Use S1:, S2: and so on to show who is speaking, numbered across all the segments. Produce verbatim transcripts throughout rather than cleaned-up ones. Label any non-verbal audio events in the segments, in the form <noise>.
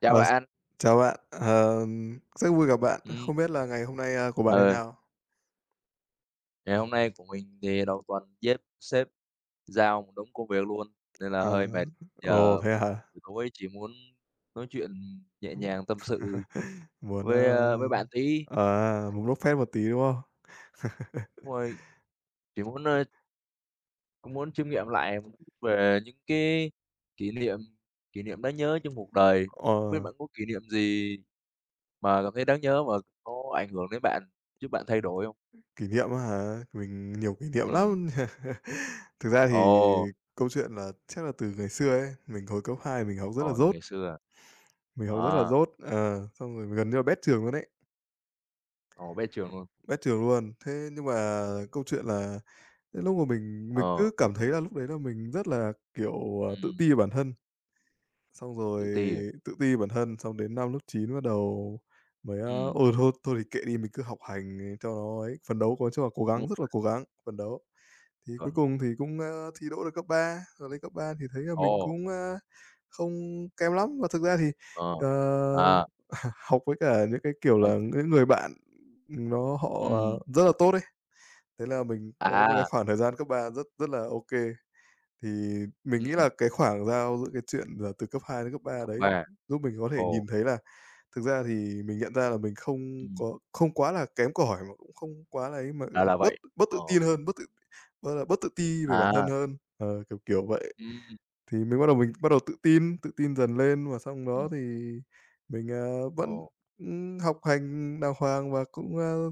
S1: Chào
S2: Ờ,
S1: bạn.
S2: chào bạn, ờ, rất vui gặp bạn.
S1: Ừm,
S2: Không biết là ngày hôm nay, a, của bạn thế
S1: ờ,
S2: nào?
S1: Ngày hôm nay của mình thì đầu tuần sếp sếp giao một đống công việc luôn, nên là
S2: À,
S1: hơi mệt.
S2: ồ,
S1: Giờ
S2: thế hả?
S1: buổi tối chỉ muốn nói chuyện nhẹ nhàng tâm sự
S2: <laughs> Muốn, a
S1: với, ơ, với bạn tí.
S2: à, muốn bốc phét một tí, đúng không?
S1: Đúng rồi, chỉ muốn, ơ, cũng muốn chiêm nghiệm lại một chút về những cái kỷ niệm kỷ niệm đáng nhớ trong cuộc đời. Không biết
S2: Ờ,
S1: bạn có kỷ niệm gì mà cảm thấy đáng nhớ mà nó ảnh hưởng đến bạn, giúp bạn thay đổi không?
S2: kỷ niệm á hả? Mình nhiều kỷ niệm
S1: Ừ.
S2: lắm. <laughs> Thực ra thì
S1: Ồ,
S2: câu chuyện là chắc là từ ngày xưa ấy, mình hồi cấp hai mình học rất là
S1: ồ, từ
S2: dốt,
S1: ngày xưa à?
S2: mình học rất là
S1: À,
S2: dốt, ờ, xong rồi gần như là bét trường luôn đấy
S1: ồ, bé trường luôn,
S2: bét trường luôn. Thế nhưng mà câu chuyện là đến lúc mà mình mình
S1: ờ.
S2: cứ cảm thấy là lúc đấy là mình rất là, kiểu, ờ, tự
S1: Ừm.
S2: ti về bản thân, xong rồi
S1: Tự ti à?
S2: tự ti về bản thân, xong đến năm lớp chín bắt đầu mới, a,
S1: Ừm,
S2: "Ôi, thôi thôi thì kệ đi, mình cứ học hành cho nó ấy." Phấn đấu, có chung là cố
S1: đúng
S2: gắng, rất
S1: rồi,
S2: là cố gắng, phấn đấu. Thì cuối
S1: chuẩn.
S2: cùng thì cũng, a, thi đỗ được cấp ba rồi lên cấp ba thì thấy là mình
S1: Ồ,
S2: cũng, a, không kém lắm. Và thực ra thì,
S1: ờ,
S2: ờ,
S1: à,
S2: <laughs> học với cả những cái, kiểu
S1: đấy.
S2: là, những người bạn, ừm, nó họ, ờ,
S1: Ừm.
S2: rất là tốt ấy. Thế là mình có một cái
S1: À.
S2: khoảng thời gian cấp ba rất rất là ô kê. Thì mình nghĩ
S1: Ừm.
S2: là cái khoảng giao giữa cái chuyện là từ cấp hai đến cấp ba
S1: Cấp
S2: đấy
S1: ba.
S2: giúp mình có thể nhìn
S1: Ồ.
S2: thấy là thực ra thì mình nhận ra là mình không
S1: Ừm.
S2: có không quá là kém cỏi mà cũng không quá là ấy, mà
S1: Ra là
S2: bớt
S1: vậy,
S2: bớt
S1: ờ,
S2: tự tin hơn, bớt tự gọi là, bớt tự ti về bản thân
S1: à.
S2: hơn, ờ, kiểu, kiểu vậy.
S1: Ừm,
S2: Thì mình bắt đầu mình bắt đầu tự tin, tự tin dần lên và xong
S1: ừm.
S2: đó thì mình, ờ, vẫn,
S1: Ồ,
S2: ừm, học hành đàng hoàng và cũng, ơ,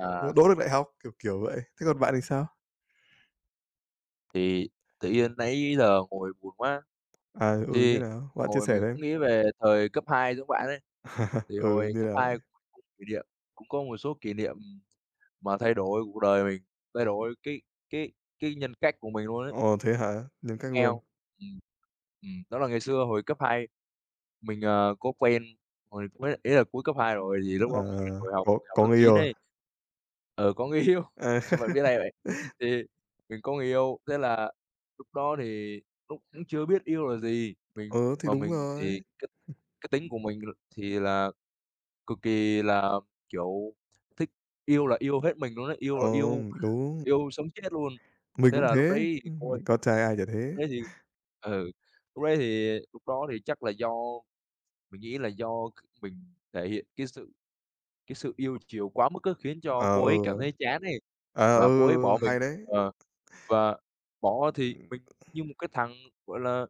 S1: à,
S2: đỗ được đại học, kiểu, kiểu vậy. Thế còn bạn thì sao?
S1: thì tự nhiên nãy giờ ngồi buồn quá,
S2: À, ừ, như
S1: thì
S2: nào? Bạn chia
S1: ngồi
S2: sẻ
S1: mình cũng
S2: thêm.
S1: nghĩ về thời cấp hai giống bạn ấy.
S2: <laughs>
S1: Thì
S2: Ừ,
S1: hồi
S2: như
S1: cấp
S2: nào?
S1: hai cũng kỷ niệm cũng có một số kỷ niệm mà thay đổi cuộc đời mình, thay đổi cái cái cái nhân cách của mình luôn ấy.
S2: Ồ, thế hả? Nghiêm
S1: Chuẩn
S2: cách luôn.
S1: nghèo. Ừm. Ừm, đó là ngày xưa hồi cấp hai mình, ờ, có quen hồi mới ý là cuối cấp hai rồi thì lúc
S2: À,
S1: đó mình hồi học
S2: có
S1: học
S2: có
S1: lớp
S2: người
S1: chín
S2: yêu à?
S1: ấy. Ừ, có người yêu, <laughs>
S2: À,
S1: sao bạn biết hay
S2: <laughs>
S1: vậy? Thì mình có người yêu, thế là lúc đó thì lúc cũng chưa biết yêu là gì, mình
S2: ừ, thì
S1: mà
S2: đúng
S1: mình thì
S2: rồi.
S1: cái cái tính của mình l thì là cực kỳ là, kiểu, thích, yêu là yêu hết mình luôn ấy, yêu
S2: Ờ,
S1: là yêu
S2: đúng,
S1: yêu sống chết luôn.
S2: mình
S1: Thế
S2: cũng
S1: là lúc
S2: thế,
S1: đấy thì
S2: ừm,
S1: cô ấy
S2: con
S1: ừm,
S2: trai ai chả
S1: lúc
S2: thế.
S1: đấy thì ừ, lúc đấy thì lúc đó thì chắc là do mình nghĩ là do c mình thể hiện cái sự cái sự yêu chiều quá mức á, khiến cho
S2: Ờ,
S1: cô ấy cảm
S2: ừ,
S1: thấy chán ấy.
S2: à, ừ,
S1: Và cô ấy
S2: ừ,
S1: bỏ
S2: ừ,
S1: mình,
S2: hay đấy.
S1: ờ, và bỏ thì mình như một cái thằng, gọi là,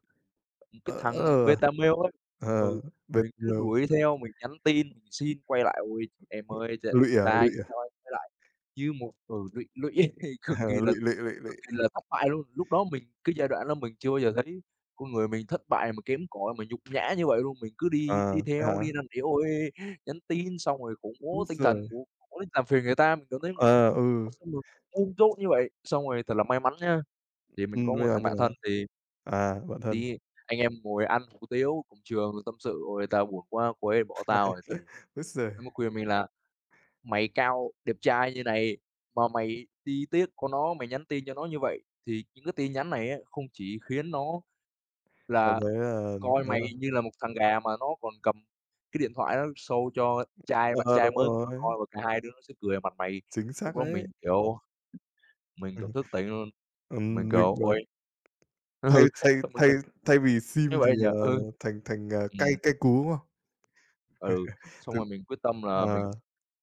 S1: một cái
S2: ờ,
S1: thằng
S2: ờ,
S1: beta male ấy. Ừ,
S2: ờ,
S1: mình
S2: biệt
S1: cứ
S2: nhiều
S1: đuổi theo, mình nhắn tin, mình xin quay lại: "Ôi, em ơi, ch
S2: lụy
S1: tha
S2: à,
S1: anh,
S2: lụy à?
S1: cho anh quay lại." Như một ừ, lụy lụy <laughs> cực kỳ
S2: <laughs>
S1: là
S2: Lụy, lụy, lụy,
S1: cực
S2: lụy.
S1: kỳ là thất bại luôn. Lúc đó mình cái giai đoạn đó mình chưa bao giờ thấy con người mình thất bại mà kém cỏi, mà nhục nhã như vậy luôn. Mình cứ đi
S2: À,
S1: đi
S2: thế
S1: theo,
S2: hả?
S1: đi năn nỉ: "Ôi, nhắn tin", xong rồi khủng
S2: Úi
S1: bố tinh thần
S2: giời!
S1: của làm phiền người ta, mình cảm thấy mình
S2: À, ừ,
S1: xong rồi ôm dỗ như vậy, xong rồi thật là may mắn nhá, thì mình
S2: ừm,
S1: có
S2: bây
S1: một
S2: giờ
S1: thằng
S2: như
S1: bạn thân
S2: nào?
S1: thì
S2: À, bạn thân.
S1: đi anh em ngồi ăn hủ tiếu cùng trường rồi tâm sự: "Ôi, tao buồn quá, cô ấy bỏ tao rồi." Thì
S2: <laughs> Úi giời!
S1: nó mới khuyên mình là "Mày cao, đẹp trai như này mà mày đi tiếc có nó, mày nhắn tin cho nó như vậy thì những cái tin nhắn này á, không chỉ khiến nó
S2: Cảm
S1: là
S2: thấy là
S1: coi
S2: đấy
S1: mày
S2: là
S1: như là một thằng gà mà nó còn cầm cái điện thoại nó show cho trai bạn
S2: ờ,
S1: trai
S2: đúng
S1: mới của nó
S2: rồi.
S1: coi và cả hai đứa nó sẽ cười vào mặt mày."
S2: Chính
S1: Lúc
S2: xác
S1: đó
S2: đấy.
S1: mình, kiểu, mình,
S2: Ừm,
S1: kiểu, thức tỉnh luôn, mình,
S2: ừm, mình,
S1: kiểu:
S2: ờ,
S1: "Ôi." <laughs>
S2: thay
S1: Ừ,
S2: thay
S1: xong mình
S2: thay
S1: đừng
S2: thay vì
S1: như
S2: sim thì,
S1: vậy nhỉ?
S2: ờ,
S1: Ừ.
S2: thành thành, ờ,
S1: Ừm,
S2: cay cay cú, đúng không?
S1: ừ, Xong
S2: Thực
S1: rồi mình quyết tâm là mình
S2: ờ,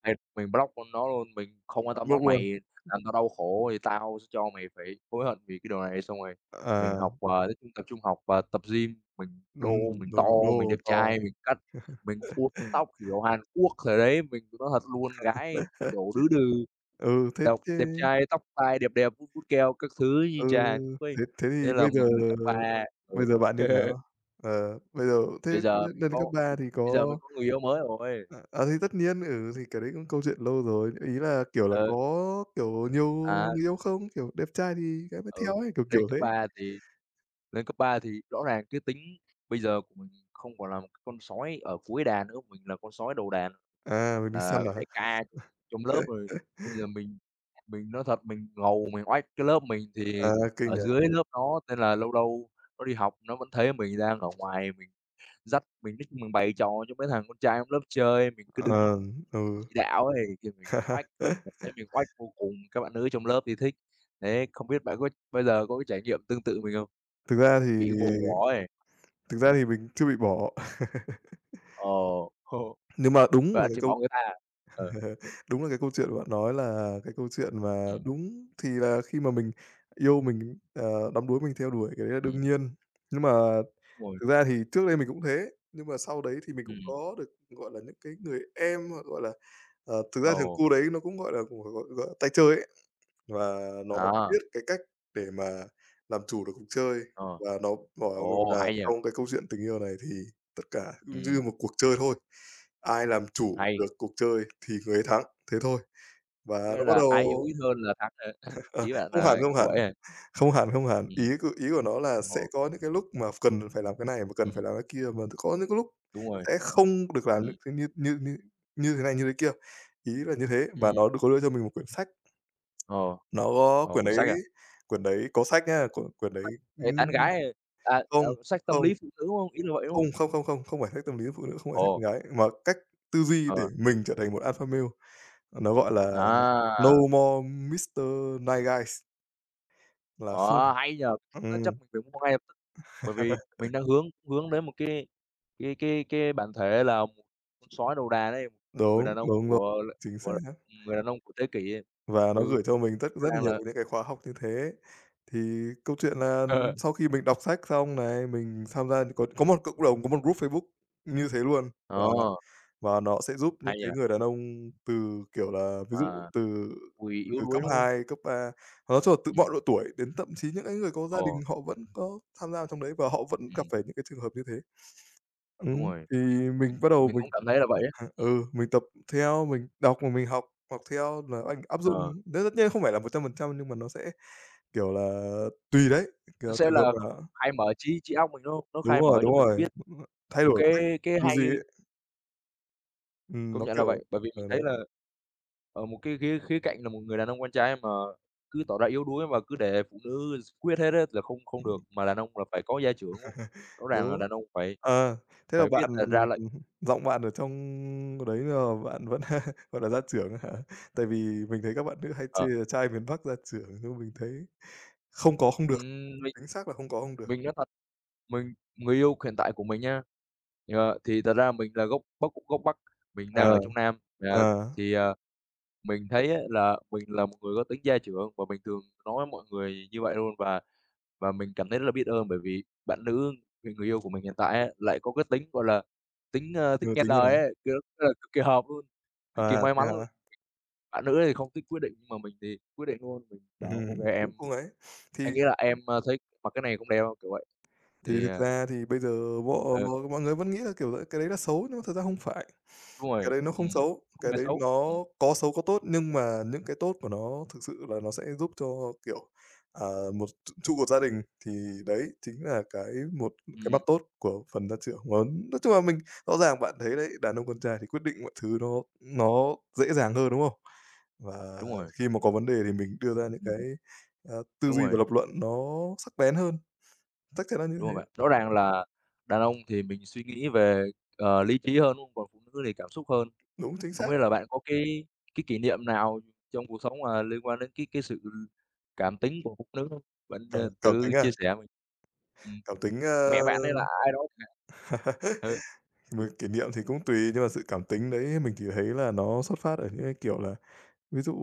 S1: liệt mình block luôn nó luôn, mình không quan tâm nữa,
S2: bốc luôn,
S1: mày làm tao đau khổ thì tao sẽ cho mày phải hối hận vì cái điều này. Xong rồi mình
S2: à,
S1: học, ờ, nói chung tập trung học và tập gym, mình đô,
S2: ừm,
S1: mình to,
S2: đồng
S1: mình
S2: đô
S1: đẹp
S2: to.
S1: trai, mình cắt mình uốn cái tóc kiểu Hàn Quốc thời đấy, mình nói thật luôn, gái đổ đứ đừ,
S2: <laughs> Ừ, thế
S1: đẹp
S2: thế
S1: đẹp trai, tóc tai đẹp đẹp, vuốt vuốt keo các thứ như
S2: ừ,
S1: trai Hàn Quốc ấy,
S2: thế thế
S1: thế
S2: thì
S1: là
S2: bây
S1: mình
S2: giờ
S1: lên cấp ba.
S2: bây
S1: Ừ.
S2: giờ bạn như
S1: <laughs>
S2: nào? Ờ, bây giờ thế
S1: Bây giờ
S2: lên
S1: mình
S2: lên cấp
S1: có
S2: ba thì
S1: bây giờ mình
S2: có
S1: có người yêu mới rồi.
S2: à, à, thì tất nhiên, ừ, thì cái đấy cũng câu chuyện lâu rồi, ý là, kiểu là,
S1: Ừ,
S2: có, kiểu, nhiều
S1: à,
S2: người yêu không? Kiểu, đẹp trai thì gái mới
S1: ừ,
S2: theo ấy, kiểu, kiểu
S1: Lên
S2: thế.
S1: cấp ba thì lên cấp ba thì rõ ràng cái tính bây giờ của mình không còn là một cái con sói ở cuối đàn nữa, mình là con sói đầu đàn,
S2: À, mình đi săn
S1: là
S2: à?
S1: đại ca trong trong lớp rồi. Bây giờ mình mình nói thật mình ngầu, mình oách cái lớp mình
S2: À,
S1: thì
S2: kinh
S1: ở
S2: nhỉ?
S1: dưới lớp nó, nên là lâu lâu nó đi học nó vẫn thấy mình đang ở ngoài, mình dắt mình nói chung mình bày trò cho mấy thằng con trai trong lớp chơi, mình cứ đứng
S2: Ờ, ừ.
S1: chỉ đạo ấy, thì mình quách, mình
S2: <laughs>
S1: thấy mình quách vô cùng, các bạn nữ trong lớp thì thích. Đấy, không biết bạn có bao giờ có cái trải nghiệm tương tự mình không?
S2: Thực ra thì
S1: Bị bồ ngỏ ấy,
S2: thực ra thì mình chưa bị bỏ. <laughs>
S1: ờ, <laughs>
S2: Nhưng mà đúng là
S1: bạn
S2: cái
S1: chỉ
S2: câu
S1: bảo người ta à? Ờ,
S2: <laughs> đúng là cái câu chuyện bạn nói là cái câu chuyện mà
S1: ừm,
S2: đúng thì là khi mà mình yêu mình, ờ, đắm đuối mình theo đuổi cái đấy là
S1: ừm,
S2: đương nhiên. Nhưng mà
S1: đúng rồi,
S2: thực ra thì trước đây mình cũng thế, nhưng mà sau đấy thì mình cũng
S1: ừm,
S2: có được, gọi là, những cái người em, hoặc, gọi là, ờ, thực ra
S1: ồ,
S2: thằng cu đấy nó cũng, gọi là, gọi gọi là, tay chơi ấy. Và nó
S1: à,
S2: biết cái cách để mà làm chủ được cuộc chơi,
S1: ờ,
S2: và nó bảo mình
S1: ồ,
S2: là
S1: hay nhỉ,
S2: trong cái câu chuyện tình yêu này thì tất cả cũng như
S1: ừm,
S2: một cuộc chơi thôi, ai làm chủ
S1: hay,
S2: được cuộc chơi thì người ấy thắng, thế thôi. Và
S1: có nghĩa
S2: nó bắt
S1: là
S2: đầu
S1: ai yêu ít hơn là thắng hả? <laughs>
S2: ờ,
S1: Ý bạn
S2: không
S1: là
S2: hẳn, không
S1: kiểu
S2: hẳn,
S1: vậy hả?
S2: không hẳn, không hẳn. Ý
S1: Ừm,
S2: c ý của nó là
S1: ồ,
S2: sẽ có những cái lúc mà cần phải làm cái này và cần
S1: ừm,
S2: phải làm cái kia, mà có những cái lúc
S1: đúng rồi,
S2: sẽ không được làm những
S1: ừm,
S2: thứ như như như như thế này, như thế kia. Ý là như thế, và
S1: ừm,
S2: nó đưa có đưa cho mình một quyển sách.
S1: ờ,
S2: Nó có
S1: ờ,
S2: quyển
S1: quyển
S2: đấy
S1: sách à?
S2: quyển đấy có sách nhá, quyển quyển đấy
S1: Sách về tán
S2: ừm,
S1: gái, à, à,
S2: không,
S1: ờ, sách tâm
S2: không,
S1: lý phụ nữ, đúng không? Ý là vậy, đúng
S2: không,
S1: không?
S2: không, không, không, không phải sách tâm lý phụ nữ, không phải sách
S1: Ồ,
S2: con gái mà cách tư duy
S1: ờ.
S2: để mình trở thành một alpha male. Nó gọi là
S1: À,
S2: "No More Mister Nice Guys" là không
S1: ồ, hay nhờ nó
S2: ừm,
S1: chắc mình phải mua ngay lập tức, bởi vì
S2: <laughs>
S1: mình đang hướng hướng đến một cái cái cái cái bản thể là một con sói đầu đà đấy, người
S2: đúng,
S1: đàn ông
S2: đúng rồi,
S1: của l
S2: chính xác.
S1: của người đàn ông của thế kỷ ấy.
S2: Và nó
S1: Ừ,
S2: gửi cho mình tất
S1: rõ
S2: rất là
S1: ràng
S2: nhiều
S1: là
S2: những cái khóa học như thế. Thì câu chuyện là
S1: <laughs> ờ,
S2: sau khi mình đọc sách xong này, mình tham gia có có một cộng đồng, có một group Facebook như thế luôn. và
S1: ờ,
S2: Và nó sẽ giúp những
S1: hay nhỉ,
S2: cái người đàn ông từ, kiểu là, ví dụ
S1: à,
S2: từ
S1: cùi yếu
S2: từ
S1: đuối,
S2: cấp
S1: đúng không?
S2: hai cấp ba, nói chung là từ mọi
S1: Ừm,
S2: độ tuổi đến thậm chí những cái người có
S1: ồ,
S2: gia đình họ vẫn có tham gia trong đấy và họ vẫn gặp
S1: ừm,
S2: phải những cái trường hợp như thế.
S1: đúng
S2: Ừm,
S1: rồi,
S2: thì
S1: mình
S2: mình bắt đầu
S1: mình
S2: mình
S1: cũng cảm thấy là vậy á.
S2: <laughs>
S1: Ừm,
S2: ừ, mình tập theo, mình đọc và mình học học theo là anh áp dụng
S1: ờ,
S2: đấy tất nhiên không phải là một trăm phần trăm nhưng mà nó sẽ, kiểu là, tùy đấy,
S1: nó
S2: kiểu,
S1: sẽ
S2: trường hợp
S1: là
S2: là
S1: khai mở trí trí óc mình, đúng không? Nó
S2: đúng
S1: khai
S2: rồi,
S1: mở cho
S2: đúng
S1: mình
S2: rồi,
S1: biết
S2: thay
S1: nhiều
S2: đổi cách
S1: cái cái
S2: tư
S1: hay,
S2: duy ấy, ừm,
S1: công
S2: nó,
S1: nhận là
S2: kiểu,
S1: vậy, bởi vì mình
S2: ờ,
S1: thấy
S2: đấy.
S1: là ở một cái khía khía cạnh là một người đàn ông con trai mà cứ tỏ ra yếu đuối và cứ để phụ nữ quyết hết á là không không được, mà đàn ông là phải có gia trưởng.
S2: <laughs>
S1: Rõ ràng là
S2: Đúng.
S1: đàn ông phải
S2: Ờ, thế là
S1: phải biết
S2: bạn
S1: là ra lệnh.
S2: giọng bạn ở trong đấy là bạn vẫn, <laughs> gọi là, gia trưởng hả? Tại vì mình thấy các bạn nữ hay chê
S1: Ờ,
S2: là trai miền Bắc gia trưởng, nhưng mình thấy không có không được,
S1: ừm, mình
S2: chính xác là không có không được.
S1: mình nói thật, mình người yêu hiện tại của mình nha, ờ, thì thật ra mình là gốc Bắc gốc Bắc, mình đang ở
S2: Ờ,
S1: trong Nam, ờ,
S2: ờ,
S1: thì, ờ, mình thấy á là mình là một người có tính gia trưởng và mình thường nói mọi người như vậy luôn. và Và mình cảm thấy rất là biết ơn bởi vì bạn nữ, người người yêu của mình hiện tại á, lại có cái tính, gọi là, tính, ơ, thích
S2: nhiều
S1: nghe
S2: tính như nào?
S1: lời ấy, kiểu, rất là cực kỳ hợp luôn, cực kỳ
S2: À,
S1: may
S2: thế
S1: mắn luôn.
S2: hả?
S1: Bạn nữ thì không thích quyết định, nhưng mà mình thì quyết định luôn, mình bảo: "Ô
S2: Ừm,
S1: kê, em
S2: cũng cũng ấy.
S1: anh
S2: Thì
S1: nghĩ là em, ơ, thấy mặc cái này cũng đẹp" kiểu vậy.
S2: thì
S1: Thì,
S2: thực
S1: à
S2: ra thì bây giờ mọi
S1: ừ,
S2: mọi người vẫn nghĩ là, kiểu, cái đấy là xấu nhưng mà thật ra không phải.
S1: đúng
S2: Cái
S1: rồi,
S2: đấy nó không
S1: ừm,
S2: xấu,
S1: không
S2: cái
S1: hề
S2: đấy
S1: xấu.
S2: nó
S1: Ừm,
S2: có xấu có tốt, nhưng mà những cái tốt của nó thực sự là nó sẽ giúp cho, kiểu, ờ, một tr trụ cột gia đình, thì đấy chính là cái một cái
S1: ừm,
S2: mặt tốt của phần gia trưởng. Và nói chung là mình rõ ràng bạn thấy đấy, đàn ông con trai thì quyết định mọi thứ nó nó dễ dàng hơn, đúng không? Và
S1: đúng rồi,
S2: khi mà có vấn đề thì mình đưa ra những
S1: ừm,
S2: cái, ờ, tư
S1: đúng
S2: duy
S1: rồi,
S2: và lập luận nó sắc bén hơn, chắc chắn là như
S1: đúng rồi
S2: thế.
S1: bạn. Rõ ràng là đàn ông thì mình suy nghĩ về, ờ, lý trí hơn, đúng không? Còn phụ nữ thì cảm xúc hơn.
S2: Đúng, chính
S1: Không
S2: xác.
S1: biết là bạn có cái cái kỷ niệm nào trong cuộc sống mà liên quan đến cái cái sự cảm tính của phụ nữ không? Bạn,
S2: Cảm
S1: ờ,
S2: cảm
S1: thử
S2: tính à?
S1: chia sẻ mình. Ừm,
S2: Cảm tính, ơ
S1: mẹ bạn hay là ai đó chẳng hạn. Ừ.
S2: <laughs> mà kỷ niệm thì cũng tùy, nhưng mà sự cảm tính đấy mình chỉ thấy là nó xuất phát ở những cái, kiểu là, ví dụ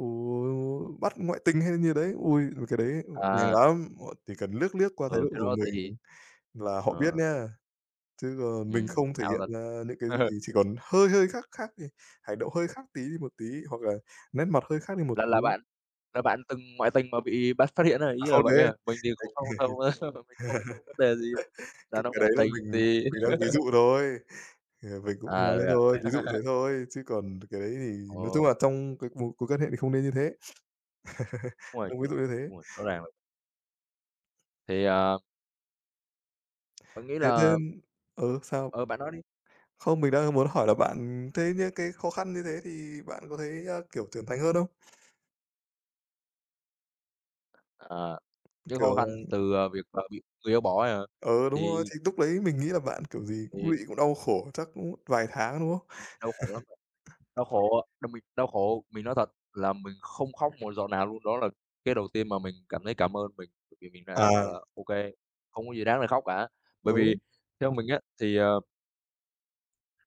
S2: bắt ngoại tình hay như đấy, ui cái đấy nhàng
S1: À,
S2: lắm, họ chỉ cần liếc liếc qua thái
S1: ừ,
S2: độ
S1: cái
S2: của
S1: đó thì
S2: mình là họ biết
S1: ờ,
S2: nha. Chứ còn mình
S1: ừm,
S2: không thể
S1: ao thật.
S2: hiện ra những cái gì,
S1: <laughs>
S2: chỉ còn hơi hơi khác khác thì hành động hơi khác tí đi một tí, hoặc là nét mặt hơi khác đi một
S1: Là
S2: tí.
S1: là bạn là bạn từng ngoại tình mà bị bắt phát hiện á,
S2: À,
S1: ý là
S2: không
S1: vậy
S2: đấy,
S1: à?
S2: cái
S1: Mình thì không không không <laughs> mình thì không có vấn đề gì
S2: cái
S1: đàn ông
S2: cái đấy
S1: ngoại
S2: là
S1: tình
S2: mình
S1: thì
S2: mình đang
S1: <laughs>
S2: ví dụ thôi, ờ, mình cũng
S1: à,
S2: nói thế
S1: rồi à?
S2: thôi, ví dụ thế thôi, chứ còn cái đấy thì nói chung
S1: Ồ,
S2: là trong cái mối mối quan hệ thì không nên như thế. <laughs>
S1: đúng rồi,
S2: Đúng
S1: đúng
S2: ví
S1: rồi,
S2: dụ như thế.
S1: đúng rồi, rõ ràng rồi. Thì, ờ, bạn nghĩ
S2: Thế
S1: là
S2: nên ừ, sao?
S1: ừ, bạn nói đi.
S2: Không, mình đang muốn hỏi là bạn thấy những cái khó khăn như thế thì bạn có thấy, a, kiểu, trưởng thành hơn không?
S1: Ờ. Những khó khăn
S2: Kiểu
S1: từ, ờ, việc, ờ, bị người yêu bỏ à,
S2: ừ, đúng rồi,
S1: thì
S2: thì lúc đấy mình nghĩ là bạn, kiểu gì, cũng
S1: thì
S2: lụy, cũng đau khổ chắc cũng vài tháng, đúng không?
S1: đau khổ lắm, đau khổ đ mình đau khổ, mình nói thật là mình không khóc một giọt nào luôn, đó là cái đầu tiên mà mình cảm thấy cảm ơn mình, bởi vì mình đã bảo
S2: À,
S1: là "Ô kê, không có gì đáng để khóc cả." Bởi vì
S2: đúng,
S1: theo mình á, thì, ờ,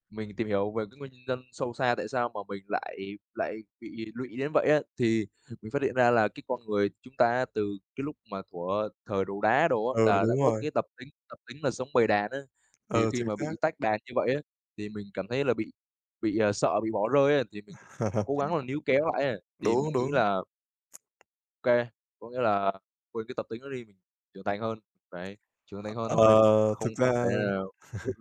S1: mình tìm hiểu về cái nguyên nhân sâu xa tại sao mà mình lại lại bị lụy đến vậy á, thì mình phát hiện ra là cái con người chúng ta từ cái lúc mà thuở thời đồ đá đồ á,
S2: ừ,
S1: là đã
S2: đúng
S1: có
S2: rồi,
S1: cái tập tính tập tính là sống bầy đàn á. Thì
S2: ừ,
S1: khi
S2: chính
S1: mà
S2: xác.
S1: bị tách đàn như vậy á, thì mình cảm thấy là bị bị, ờ, sợ bị bỏ rơi á, thì mình cố
S2: <laughs>
S1: gắng là níu kéo lại á. Thì mình
S2: Đúng,
S1: nghĩ
S2: đúng.
S1: là ok, có nghĩa là quên cái tập tính đó đi, mình trưởng thành hơn, phải trưởng thành hơn thôi,
S2: Ờ, thực
S1: không không thể
S2: ra
S1: là. Ừ,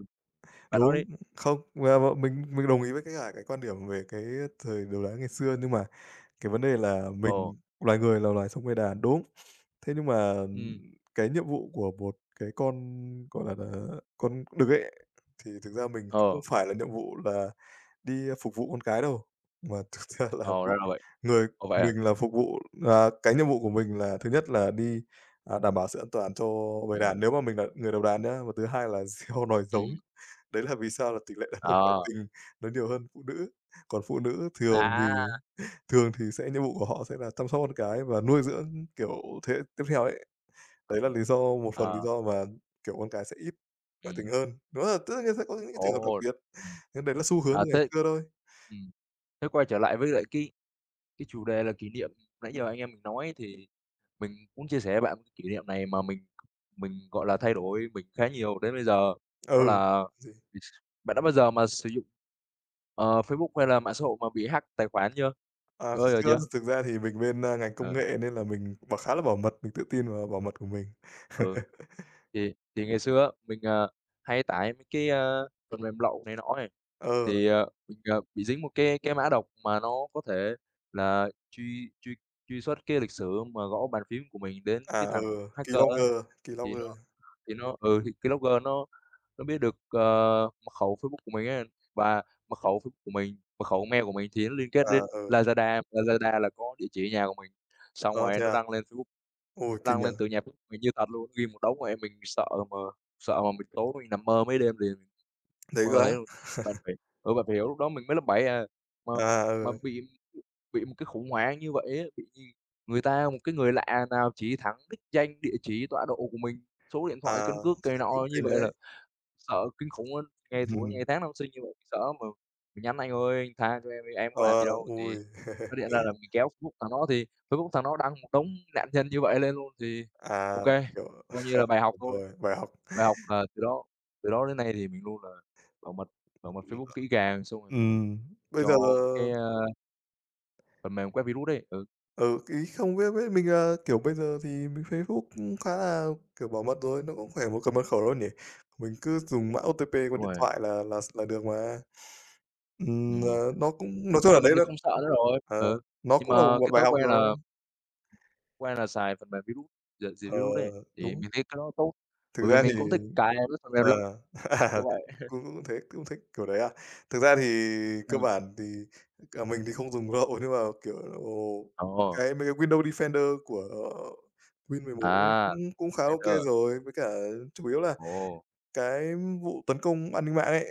S1: bạn nói đi.
S2: đúng, không, à, m mình mình đồng ý với cái cả cái quan điểm về cái thời đồ đá ngày xưa, nhưng mà cái vấn đề là
S1: Ồ,
S2: mình loài người là loài sống bầy đàn, đúng. Thế nhưng mà,
S1: ừ,
S2: cái nhiệm vụ của một cái con, gọi là là, con đực ấy, thì thực ra mình không
S1: ờ.
S2: phải là nhiệm vụ là đi phục vụ con cái đâu, mà <laughs> thực ra là
S1: Ồ, ra
S2: vụ
S1: là vậy.
S2: người
S1: Ồ, vậy à?
S2: mình là phục vụ là cái nhiệm vụ của mình là thứ nhất là đi, à, đảm bảo sự an toàn cho bầy
S1: Ừm,
S2: đàn nếu mà mình là người đầu đàn nhá, và thứ hai là <laughs> gieo nòi giống.
S1: ừm.
S2: Đấy là vì sao là tỷ lệ đàn ông ngoại
S1: Ờ,
S2: tình nó nhiều hơn phụ nữ, còn phụ nữ thường thì
S1: à,
S2: thường thì sẽ nhiệm vụ của họ sẽ là chăm sóc con cái và nuôi dưỡng, kiểu, thế hệ tiếp theo ấy.
S1: ờ,
S2: Đấy là
S1: ờ.
S2: lý do một phần lý
S1: Ờ,
S2: do mà, kiểu, con cái sẽ ít ngoại
S1: ừm,
S2: tình hơn. Đúng là tất nhiên sẽ có những cái trường hợp đặc
S1: ồ,
S2: biệt,
S1: ừm.
S2: nhưng đấy là xu hướng
S1: À,
S2: từ ngày
S1: thế
S2: xưa thôi.
S1: ừm, thế quay trở lại với lại cái cái chủ đề là kỷ niệm nãy giờ anh em mình nói, thì mình cũng chia sẻ với bạn cái kỷ niệm này mà mình mình, gọi là, thay đổi mình khá nhiều đến bây giờ. Đó
S2: Ừ,
S1: là,
S2: gì?
S1: bạn đã bao giờ mà sử dụng, ờ, Facebook hay là mạng xã hội mà bị hack tài khoản chưa?
S2: À,
S1: Có bao giờ
S2: xưa
S1: chưa?
S2: thực ra thì mình bên, a, ngành công
S1: Ờ.
S2: nghệ nên là mình bảo khá là bảo mật, mình tự tin vào bảo mật của mình.
S1: Ừ,
S2: <laughs>
S1: thì thì ngày xưa á, mình, ờ, hay tải mấy cái, ơ, phần mềm lậu này nọ này
S2: Ờ,
S1: thì, ờ, mình, ờ, bị dính một cái cái mã độc mà nó có thể là truy truy truy xuất cái lịch sử mà gõ bàn phím của mình đến cái
S2: à,
S1: thằng
S2: ừ,
S1: hacker á.
S2: Keylogger,
S1: thì nó
S2: Keylogger.
S1: thì nó ừ, thì cái logger nó nó biết được, ờ, mật khẩu Facebook của mình ấy. Và mật khẩu Facebook của mình, mật khẩu mail của mình thì nó liên kết
S2: À,
S1: đến
S2: ừ.
S1: Lazada, Lazada là có địa chỉ nhà của mình, xong
S2: Ơ,
S1: rồi
S2: thế
S1: nó
S2: à?
S1: đăng lên Facebook.
S2: Ôi, kinh
S1: Đăng lên
S2: nhỉ?
S1: từ nhà bếp mình như thật luôn, ghi một đống mà em mình sợ mà sợ mà mình tối mình nằm mơ mấy đêm liền,
S2: Đấy
S1: mơ
S2: quá.
S1: thấy luôn. Bạn
S2: <laughs>
S1: phải ừ, bạn phải hiểu, lúc đó mình mới lớp bảy à, mà
S2: À,
S1: mà
S2: ừ,
S1: bị bị một cái khủng hoảng như vậy á, bị như người ta, một cái người lạ nào chỉ thẳng đích danh, địa chỉ, tọa độ của mình, số điện thoại,
S2: à,
S1: căn cước này
S2: thế cũng
S1: nọ như
S2: kinh
S1: vậy
S2: đấy.
S1: là. Sợ kinh khủng luôn,
S2: <laughs>
S1: ngày thủ ngày
S2: Ừm.
S1: tháng năm sinh như vậy sợ lắm, mà mình nhắn: "Anh ơi, anh tha cho em đi, em có làm
S2: Ờ,
S1: gì đâu."
S2: ôi.
S1: Thì phát điện ra
S2: <laughs>
S1: là mình kéo Facebook thằng nó, thì Facebook thằng nó đăng một đống nạn nhân như vậy lên luôn. Thì ô
S2: À,
S1: kê,
S2: kiểu,
S1: coi như là bài học thôi.
S2: rồi, bài học.
S1: Bài học là từ đó từ đó đến nay thì mình luôn là bảo mật bảo mật Facebook kỹ càng, xong rồi mình
S2: Ừm, bây
S1: cho
S2: giờ
S1: mấy cái, ơ, phần mềm quét virus ấy. Ừ,
S2: ừ, ý không biết biết mình là, kiểu, bây giờ thì mình Facebook cũng khá là, kiểu, bảo mật rồi, nó cũng khỏe một cái mật khẩu đâu nhỉ? Mình cứ dùng mã ô pê tê của
S1: đúng
S2: điện
S1: rồi,
S2: thoại là là là được mà. Ừm,
S1: ừm,
S2: ờ, nó cũng
S1: nói
S2: nói chung
S1: chung là
S2: là
S1: mình
S2: đấy
S1: thì
S2: đó
S1: không sợ nữa rồi.
S2: ờ,
S1: Ừ,
S2: nó
S1: nhưng
S2: cũng là
S1: mà
S2: một một
S1: cái
S2: bài
S1: thói
S2: học
S1: quen
S2: rồi.
S1: là. Quen là xài phần mềm virus, diệt diệt
S2: Ờ,
S1: virus ấy, thì
S2: đúng.
S1: mình thấy cái đó tốt,
S2: Thực
S1: bởi vì
S2: ra thì
S1: mình cũng thích cài các phần mềm lậu
S2: ờ,
S1: kiểu
S2: <laughs>
S1: vậy.
S2: cũng cũng thế, cũng thích kiểu đấy à? Thực ra thì cơ
S1: Ừm,
S2: bản thì cả mình thì không dùng Grow nhưng mà, kiểu,
S1: ồ,
S2: cái mấy cái Windows Defender của Win mười một cũng
S1: à,
S2: cũng cũng khá OK
S1: Raider,
S2: rồi, với cả chủ yếu là
S1: ồ,
S2: cái vụ tấn công an ninh mạng ấy,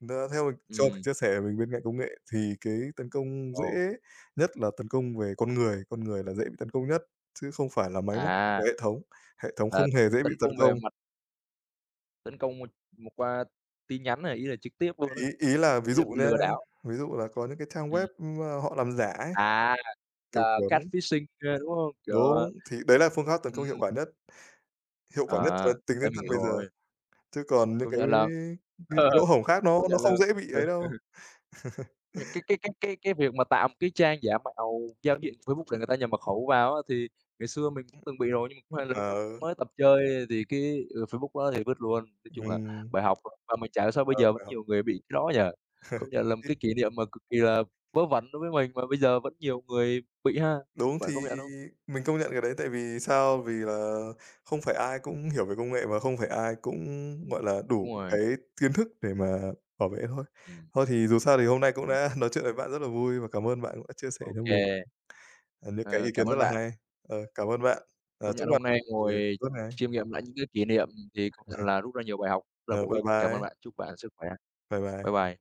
S2: nó theo mình cho mình
S1: ừm,
S2: chia sẻ mình bên cạnh công nghệ thì cái tấn công
S1: ồ,
S2: dễ nhất là tấn công về con người, con người là dễ bị tấn công nhất, chứ không phải là máy móc của
S1: à,
S2: hệ thống, hệ thống không
S1: là
S2: hề dễ bị
S1: tấn
S2: tấn
S1: công về
S2: công.
S1: mặt, tấn công một qua tin nhắn này, ý là trực tiếp luôn á,
S2: Ý ý là ví
S1: ý là
S2: dụ
S1: bị
S2: nhá,
S1: lừa đảo.
S2: ví dụ là có những cái trang
S1: Ừm,
S2: web, ưm, a, họ làm giả ấy,
S1: à,
S2: kiểu
S1: là
S2: kiểu đấy.
S1: catfishing kia, đúng hông? Kiểu, ờ
S2: Đúng, thì đấy là phương pháp tấn công hiệu
S1: ừm,
S2: quả nhất, hiệu
S1: à,
S2: quả nhất cho tính
S1: thế
S2: đến
S1: mình
S2: tận
S1: hiểu
S2: bây giờ,
S1: rồi,
S2: chứ còn những
S1: công
S2: cái
S1: nhận là
S2: những
S1: ờ,
S2: cái lỗ
S1: <laughs>
S2: hổng khác nó
S1: công
S2: nó
S1: nhận là
S2: không dễ bị
S1: ừ.
S2: ấy đâu.
S1: Việc cái cái cái cái cái việc mà tạo một cái trang giả mạo giao diện Facebook để người ta nhập mật khẩu vào á, thì ngày xưa mình cũng từng bị rồi, nhưng mà cũng may là lúc đó
S2: Ờ,
S1: mới tập chơi thì cái, ừ, Facebook đó thì vứt luôn. Nói chung là
S2: ừm,
S1: bài học, mà mình chả hiểu sao bây
S2: ờ,
S1: giờ vẫn
S2: phải học.
S1: nhiều người bị cái đó nhỉ? Công nhận là một
S2: <laughs>
S1: cái kỷ niệm mà cực kỳ là vớ vẩn đối với mình mà bây giờ vẫn nhiều người bị ha.
S2: Đúng,
S1: Bạn
S2: thì
S1: công nhận không?
S2: mình công nhận cái đấy tại vì sao? Vì là không phải ai cũng hiểu về công nghệ và không phải ai cũng,
S1: Ừm,
S2: gọi là,
S1: đúng
S2: đủ
S1: rồi,
S2: cái kiến thức để mà bảo vệ thôi.
S1: ừm,
S2: Thôi thì dù sao thì hôm nay cũng
S1: ừm,
S2: đã <laughs> nói chuyện với bạn rất là vui và cảm ơn bạn cũng đã chia sẻ
S1: ô
S2: cho mình,
S1: kê.
S2: à, những cái
S1: Ờ,
S2: ý
S1: cảm
S2: kiến rất
S1: ơn
S2: là
S1: bạn.
S2: hay. Ờ, cảm ơn bạn, ờ,
S1: Công
S2: chúc
S1: nhận
S2: bạn,
S1: hôm nay
S2: ờ,
S1: ngồi
S2: tốt này.
S1: chiêm nghiệm lại những cái kỷ niệm thì công nhận là rút ra nhiều bài học rất là
S2: Ờ,
S1: bổ
S2: bye
S1: ích. Cảm ơn
S2: bye,
S1: bạn, chúc bạn sức khỏe.
S2: bye
S1: Bye
S2: bye.
S1: bye.